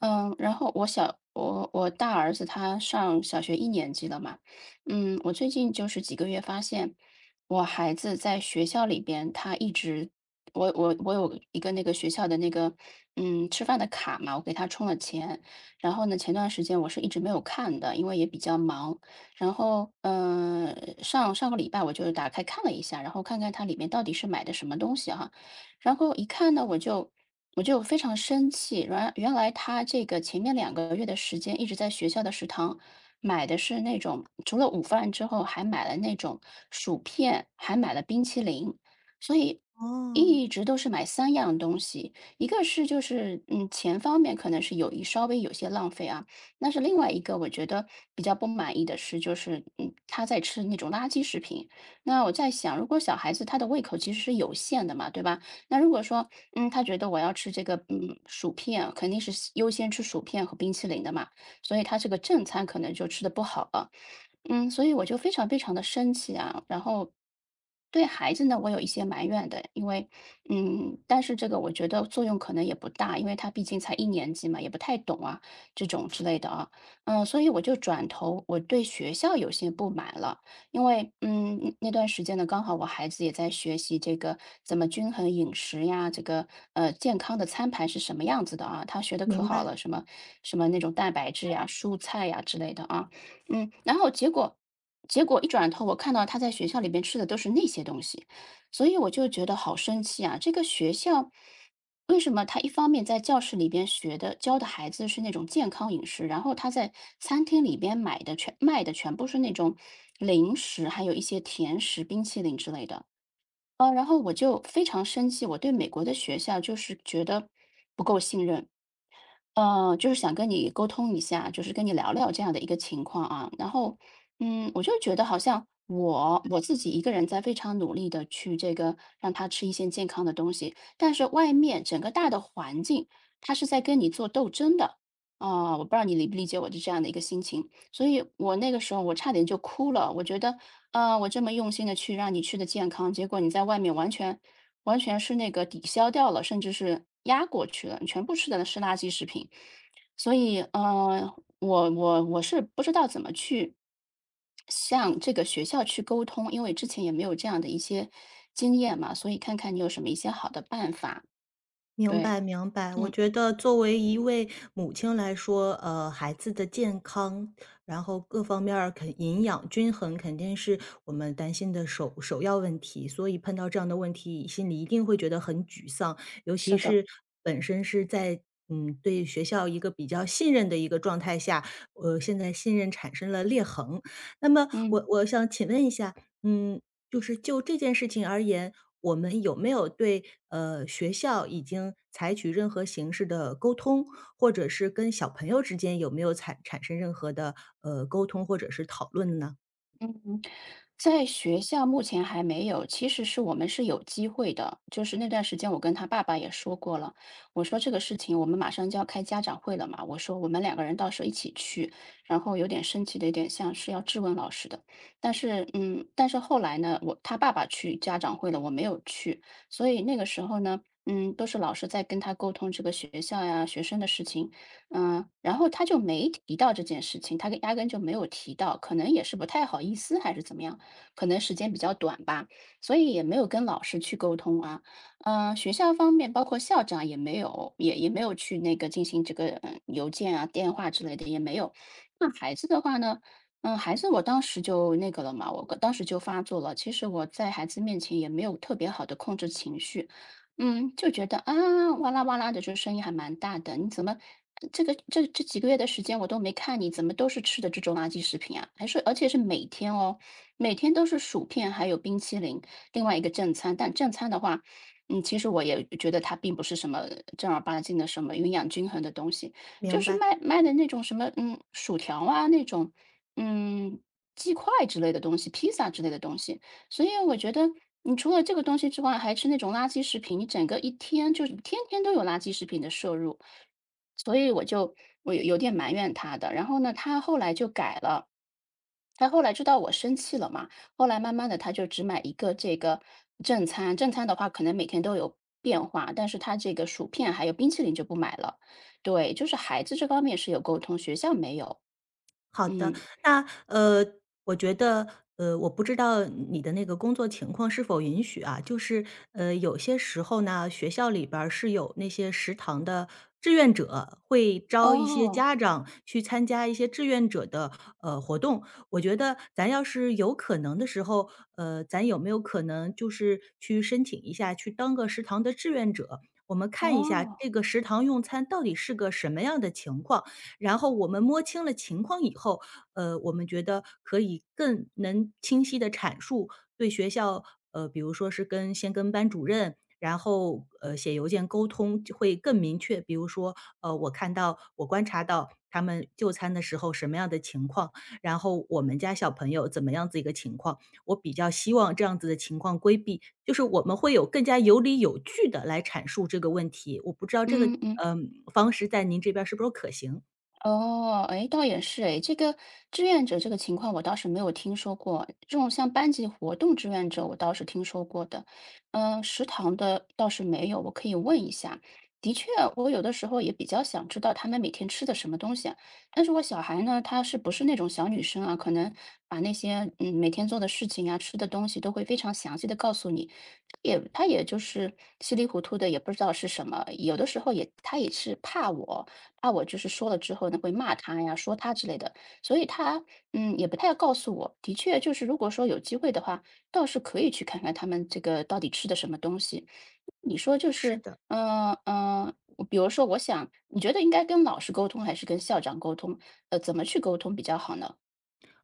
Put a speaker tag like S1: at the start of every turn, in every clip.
S1: 嗯，然后我小我我大儿子他上小学一年级了嘛，我最近就是几个月发现，我孩子在学校里边，他一直，我有一个那个学校的那个，吃饭的卡嘛，我给他充了钱，然后呢，前段时间我是一直没有看的，因为也比较忙，然后上上个礼拜我就打开看了一下，然后看看它里面到底是买的什么东西哈。然后一看呢，我就非常生气，原来他这个前面2个月的时间一直在学校的食堂买的是那种除了午饭之后，还买了那种薯片，还买了冰淇淋，所以
S2: 哦，
S1: 一直都是买3样东西。一个是就是，钱方面可能是稍微有些浪费啊，那是另外一个我觉得比较不满意的是，就是，他在吃那种垃圾食品。那我在想，如果小孩子他的胃口其实是有限的嘛，对吧？那如果说，他觉得我要吃这个，薯片，肯定是先优先吃薯片和冰淇淋的嘛，所以他这个正餐可能就吃的不好了。所以我就非常非常的生气啊，然后对孩子呢，我有一些埋怨的，因为但是这个我觉得作用可能也不大，因为他毕竟才一年级嘛，也不太懂啊，这种之类的啊。所以我就转头我对学校有些不满了。因为，那段时间呢，刚好我孩子也在学习这个怎么均衡饮食呀，这个健康的餐盘是什么样子的啊？他学的可
S2: 明
S1: 好
S2: 白，
S1: 了，什么那种蛋白质呀、蔬菜呀之类的啊。然后结果一转头，我看到他在学校里面吃的都是那些东西，所以我就觉得好生气啊！这个学校。为什么他一方面在教室里边学的教的孩子是那种健康饮食，然后他在餐厅里边买的全卖的全部是那种零食，还有一些甜食、冰淇淋之类的。然后我就非常生气，我对美国的学校就是觉得不够信任。就是想跟你沟通一下，就是跟你聊聊这样的一个情况啊。然后，我就觉得好像我自己一个人在非常努力的去这个让他吃一些健康的东西，但是外面整个大的环境，他是在跟你做斗争的。啊、我不知道你理不理解我的这样的一个心情，所以我那个时候我差点就哭了。我觉得，啊我这么用心的去让你吃的健康，结果你在外面完全是那个抵消掉了，甚至是压过去了，你全部吃的是垃圾食品。所以，我是不知道怎么去向这个学校去沟通，因为之前也没有这样的一些经验嘛，所以看看你有什么一些好的办法。
S2: 明
S1: 对，
S2: 白，明白。我
S1: 嗯，
S2: 觉得作为一位母亲来说，孩子的健康，然后各方面儿肯营养均衡，肯定是我们担心的首要问题。所以碰到这样的问题，心里一定会觉得很沮丧，尤其
S1: 是的，
S2: 是本身是在对学校一个比较信任的一个状态下，现在信任产生了裂痕。那么
S1: 嗯。
S2: 我想请问一下，嗯，就是就这件事情而言。我们有没有对学校已经采取任何形式的沟通，或者是跟小朋友之间有没有产生任何的沟通或者是讨论呢？
S1: 嗯，在学校目前还没有，其实是我们是有机会的。就是那段时间，我跟他爸爸也说过了，我说这个事情我们马上就要开家长会了嘛，我说我们两个人到时候一起去，然后有点生气的，有点像是要质问老师的。但是，但是后来呢，我他爸爸去家长会了，我没有去，所以那个时候呢，都是老师在跟他沟通这个学校呀、学生的事情。然后他就没提到这件事情，他压根就没有提到，可能也是不太好意思还是怎么样，可能时间比较短吧，所以也没有跟老师去沟通啊。学校方面，包括校长也没有，也没有去那个进行这个邮件啊、电话之类的也没有。那孩子的话呢，孩子我当时就那个了嘛，我当时就发作了。其实我在孩子面前也没有特别好的控制情绪，就觉得啊，哇啦哇啦的，就声音还蛮大的。你怎么这几个月的时间我都没看你，怎么都是吃的这种垃圾食品啊？还是而且是每天哦，每天都是薯片还有冰淇淋，另外一个正餐。但正餐的话，其实我也觉得它并不是什么正儿八经的什么营养均衡的东西，就
S2: 明
S1: 是
S2: 白。
S1: 卖的那种什么薯条啊那种嗯鸡块之类的东西，披萨之类的东西。所以我觉得你除了这个东西之外，还吃那种垃圾食品，你整个一天就是天天都有垃圾食品的摄入，所以我有有点埋怨他的。然后呢，他后来就改了，他后来知道我生气了嘛，后来慢慢的他就只买一个这个正餐，正餐的话可能每天都有变化，但是他这个薯片还有冰淇淋就不买了。对，就是孩子这方面是有沟通，学校没有。
S2: 好的，
S1: 嗯，
S2: 那我觉得我不知道你的那个工作情况是否允许啊，就是有些时候呢，学校里边儿是有那些食堂的志愿者，会招一些
S1: 哦，
S2: 家长去参加一些志愿者的活动。我觉得咱要是有可能的时候，咱有没有可能就是去申请一下，去当个食堂的志愿者？我们看一下
S1: 哦，
S2: 这个食堂用餐到底是个什么样的情况，然后我们摸清了情况以后，我们觉得可以更能清晰地阐述对学校比如说是跟先跟班主任，然后，写邮件沟通就会更明确。比如说，我看到我观察到他们就餐的时候什么样的情况，然后我们家小朋友怎么样子一个情况，我比较希望这样子的情况规避。就是我们会有更加有理有据的来阐述这个问题，我不知道这个，
S1: 嗯嗯。
S2: 嗯方式在您这边儿是不是可行？
S1: 哦，哎，倒也是哎，这个志愿者这个情况我倒是没有听说过，这种像班级活动志愿者我倒是听说过的。食堂的倒是没有，我可以问一下。的确，我有的时候也比较想知道他们每天吃的什么东西啊，但是我小孩呢，她是不是那种小女生啊，可能把那些每天做的事情啊、吃的东西都会非常详细的告诉你，也就是稀里糊涂的，也不知道是什么，有的时候也是怕我。怕我就是说了之后呢，会骂他呀、说他之类的，所以他也不太告诉我。的确，就是如果说有机会的话，倒是可以去看看他们这个到底吃的什么东西。你说就
S2: 是
S1: 是，
S2: 的，
S1: 我比如说，我想你觉得应该跟老师沟通还是跟校长沟通？怎么去沟通比较好呢？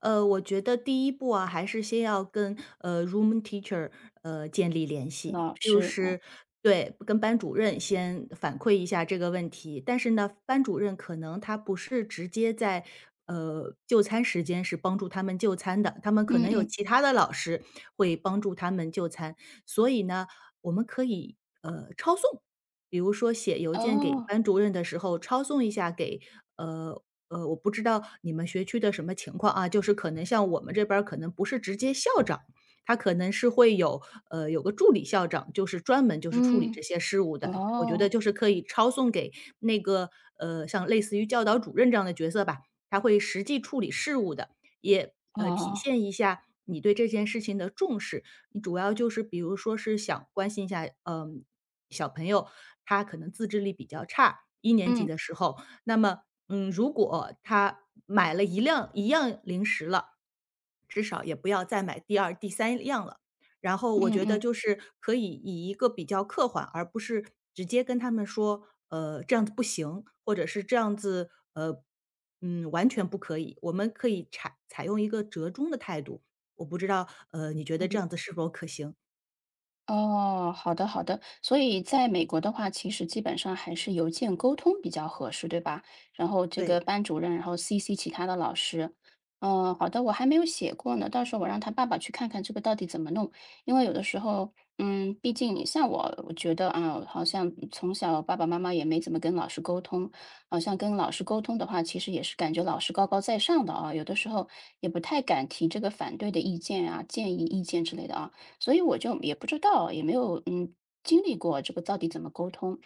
S2: 我觉得第一步啊，还是先要跟room teacher 建立联系，
S1: 老
S2: 就
S1: 师，哦，
S2: 是对跟班主任先反馈一下这个问题。但是呢，班主任可能他不是直接在就餐时间是帮助他们就餐的，他们可
S1: 嗯
S2: 能有
S1: 嗯，
S2: 其他的老师会帮助他们就餐，所以呢，我们可以抄送。比如说写邮件给
S1: 哦，
S2: 班主任的时候，抄送一下给呃我不知道你们学区的什么情况啊，就是可能像我们这边儿可能不是直接校长，他可能是会有有个助理校长，就是专门就是处理
S1: 嗯，
S2: 这些事务的。我觉得
S1: 哦，
S2: 就是可以抄送给那个像类似于教导主任这样的角色吧，他会实际处理事务的，也体
S1: 哦，
S2: 现一下。你对这件事情的重视，你主要就是比如说是想关心一下，嗯、小朋友他可能自制力比较差，一年级
S1: 嗯
S2: 的时候，那么，嗯，如果他买了一辆一样零食了，至少也不要再买第二、第三样了。然后我
S1: 嗯嗯
S2: 觉得
S1: 嗯。
S2: 就是可以以一个比较客观，而不是直接跟他们说，这样子不行，或者是这样子，嗯，完全不可以。我们可以采用一个折中的态度，我不知道，你觉得这
S1: 嗯
S2: 样子是否可行？
S1: 哦，好的好的，所以在美国的话，其实基本上还是邮件沟通比较合适，对吧？然后这个
S2: 对，
S1: 班主任，然后 CC 其他的老师。好的，我还没有写过呢，到时候我让他爸爸去看看这个到底怎么弄，因为有的时候，毕竟你像我，我觉得啊，好像从小爸爸妈妈也没怎么跟老师沟通，好像跟老师沟通的话，其实也是感觉老师高高在上的啊，有的时候也不太敢提这个反对的意见啊、建议意见之类的啊。所以我就也不知道，也没有经历过这个到底怎么沟通。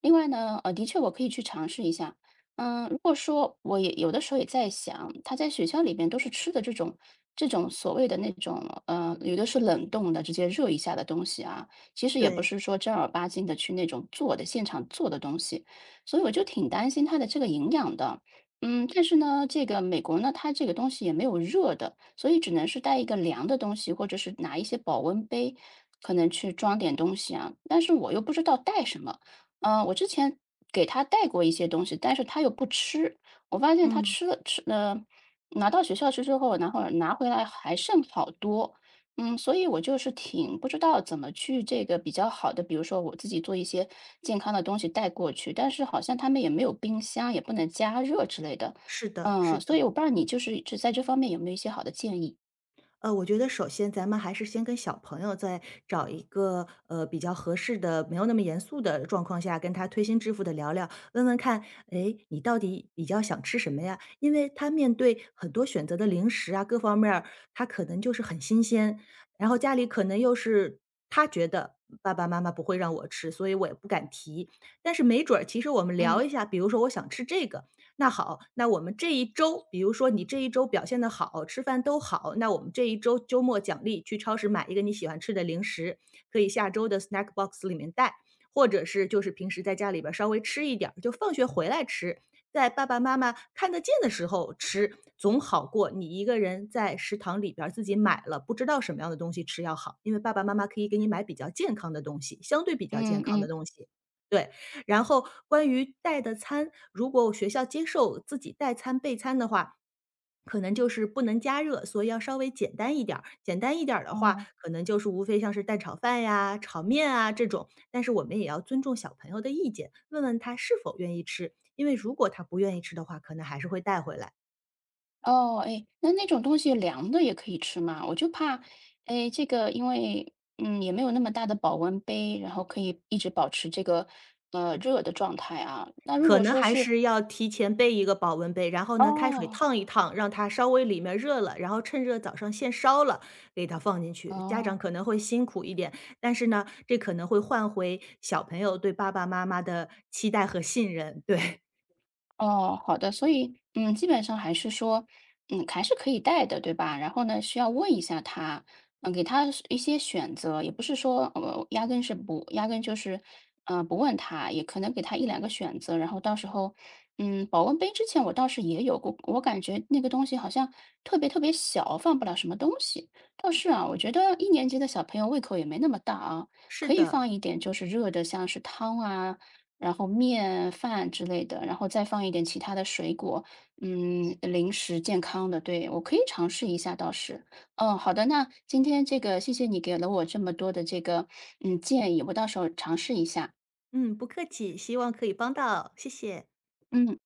S1: 另外呢，的确我可以去尝试一下。如果说我也有的时候也在想，他在学校里边都是吃的这种所谓的那种，有的是冷冻的，直接热一下的东西啊，其实也不
S2: 对，
S1: 是说正儿八经的去那种做的现场做的东西，所以我就挺担心他的这个营养的。但是呢，这个美国呢，它这个东西也没有热的，所以只能是带一个凉的东西，或者是拿一些保温杯，可能去装点东西啊。但是我又不知道带什么，我之前给他带过一些东西，但是他又不吃。我发现他
S2: 嗯，
S1: 吃了吃，呃，拿到学校去之后，然后拿回来还剩好多，所以我就是挺不知道怎么去这个比较好的，比如说我自己做一些健康的东西带过去，但是好像他们也没有冰箱，也不能加热之类的。
S2: 是的，是
S1: 所
S2: 的。
S1: 以我不知道你就是在这方面有没有一些好的建议？
S2: 我觉得首先咱们还是先跟小朋友在找一个比较合适的、没有那么严肃的状况下，跟他推心置腹的聊聊，问问看，哎，你到底比较想吃什么呀？因为他面对很多选择的零食啊，各方面儿他可能就是很新鲜，然后家里可能又是他觉得爸爸妈妈不会让我吃，所以我也不敢提。但是没准儿，其实我们聊
S1: 嗯
S2: 一下，比如说我想吃这个，那好，那我们这一周，比如说你这一周表现的好，吃饭都好，那我们这一周周末奖励去超市买一个你喜欢吃的零食，可以下周的 snack box 里面带，或者是就是平时在家里边儿稍微吃一点儿就放学回来吃，在爸爸妈妈看得见的时候吃，总好过你一个人在食堂里边儿自己买了不知道什么样的东西吃要好。因为爸爸妈妈可以给你买比较健康的东西，相对比较
S1: 嗯
S2: 健康的
S1: 嗯，
S2: 东西，对。然后关于带的餐，如果学校接受自己带餐备餐的话，可能就是不能加热，所以要稍微简单一点儿。简单一点儿的话，
S1: 哦
S2: 可能就是无非像是蛋炒饭呀、炒面啊这种，但是我们也要尊重小朋友的意见，问问他是否愿意吃，因为如果他不愿意吃的话，可能还是会带回来。
S1: 哦，哎，那那种东西凉的也可以吃吗？我就怕，哎，这个因为也没有那么大的保温杯，然后可以一直保持这个热的状态啊。那如
S2: 可
S1: 果
S2: 能
S1: 说
S2: 还
S1: 是
S2: 是要提前备一个保温杯，然后呢，开水
S1: 哦
S2: 烫一烫，让它稍微里面热了，然后趁热早上现烧了，给它放进去。家长
S1: 哦。
S2: 可能会辛苦一点，但是呢，这可能会换回小朋友对爸爸妈妈的期待和信任。对，
S1: 哦，好的，所以，基本上还是说，还是可以带的，对吧？然后呢，需要问一下他，给他是一些选择，也不是说，压根就是，不问他，也可能给他一两个选择，然后到时候，保温杯之前我倒是也有过，我感觉那个东西好像特别特别小，放不了什么东西。倒是啊，我觉得一年级的小朋友胃口也没那么大啊，
S2: 是
S1: 可以
S2: 的，
S1: 放一点就是热的，像是汤啊。然后面、饭之类的，然后再放一点其他的水果，零食健康的，对，我可以尝试一下倒是。好的，那今天这个谢谢你给了我这么多的这个，建议，我到时候尝试一下。
S2: 嗯，不客气，希望可以帮到，谢谢。
S1: 嗯。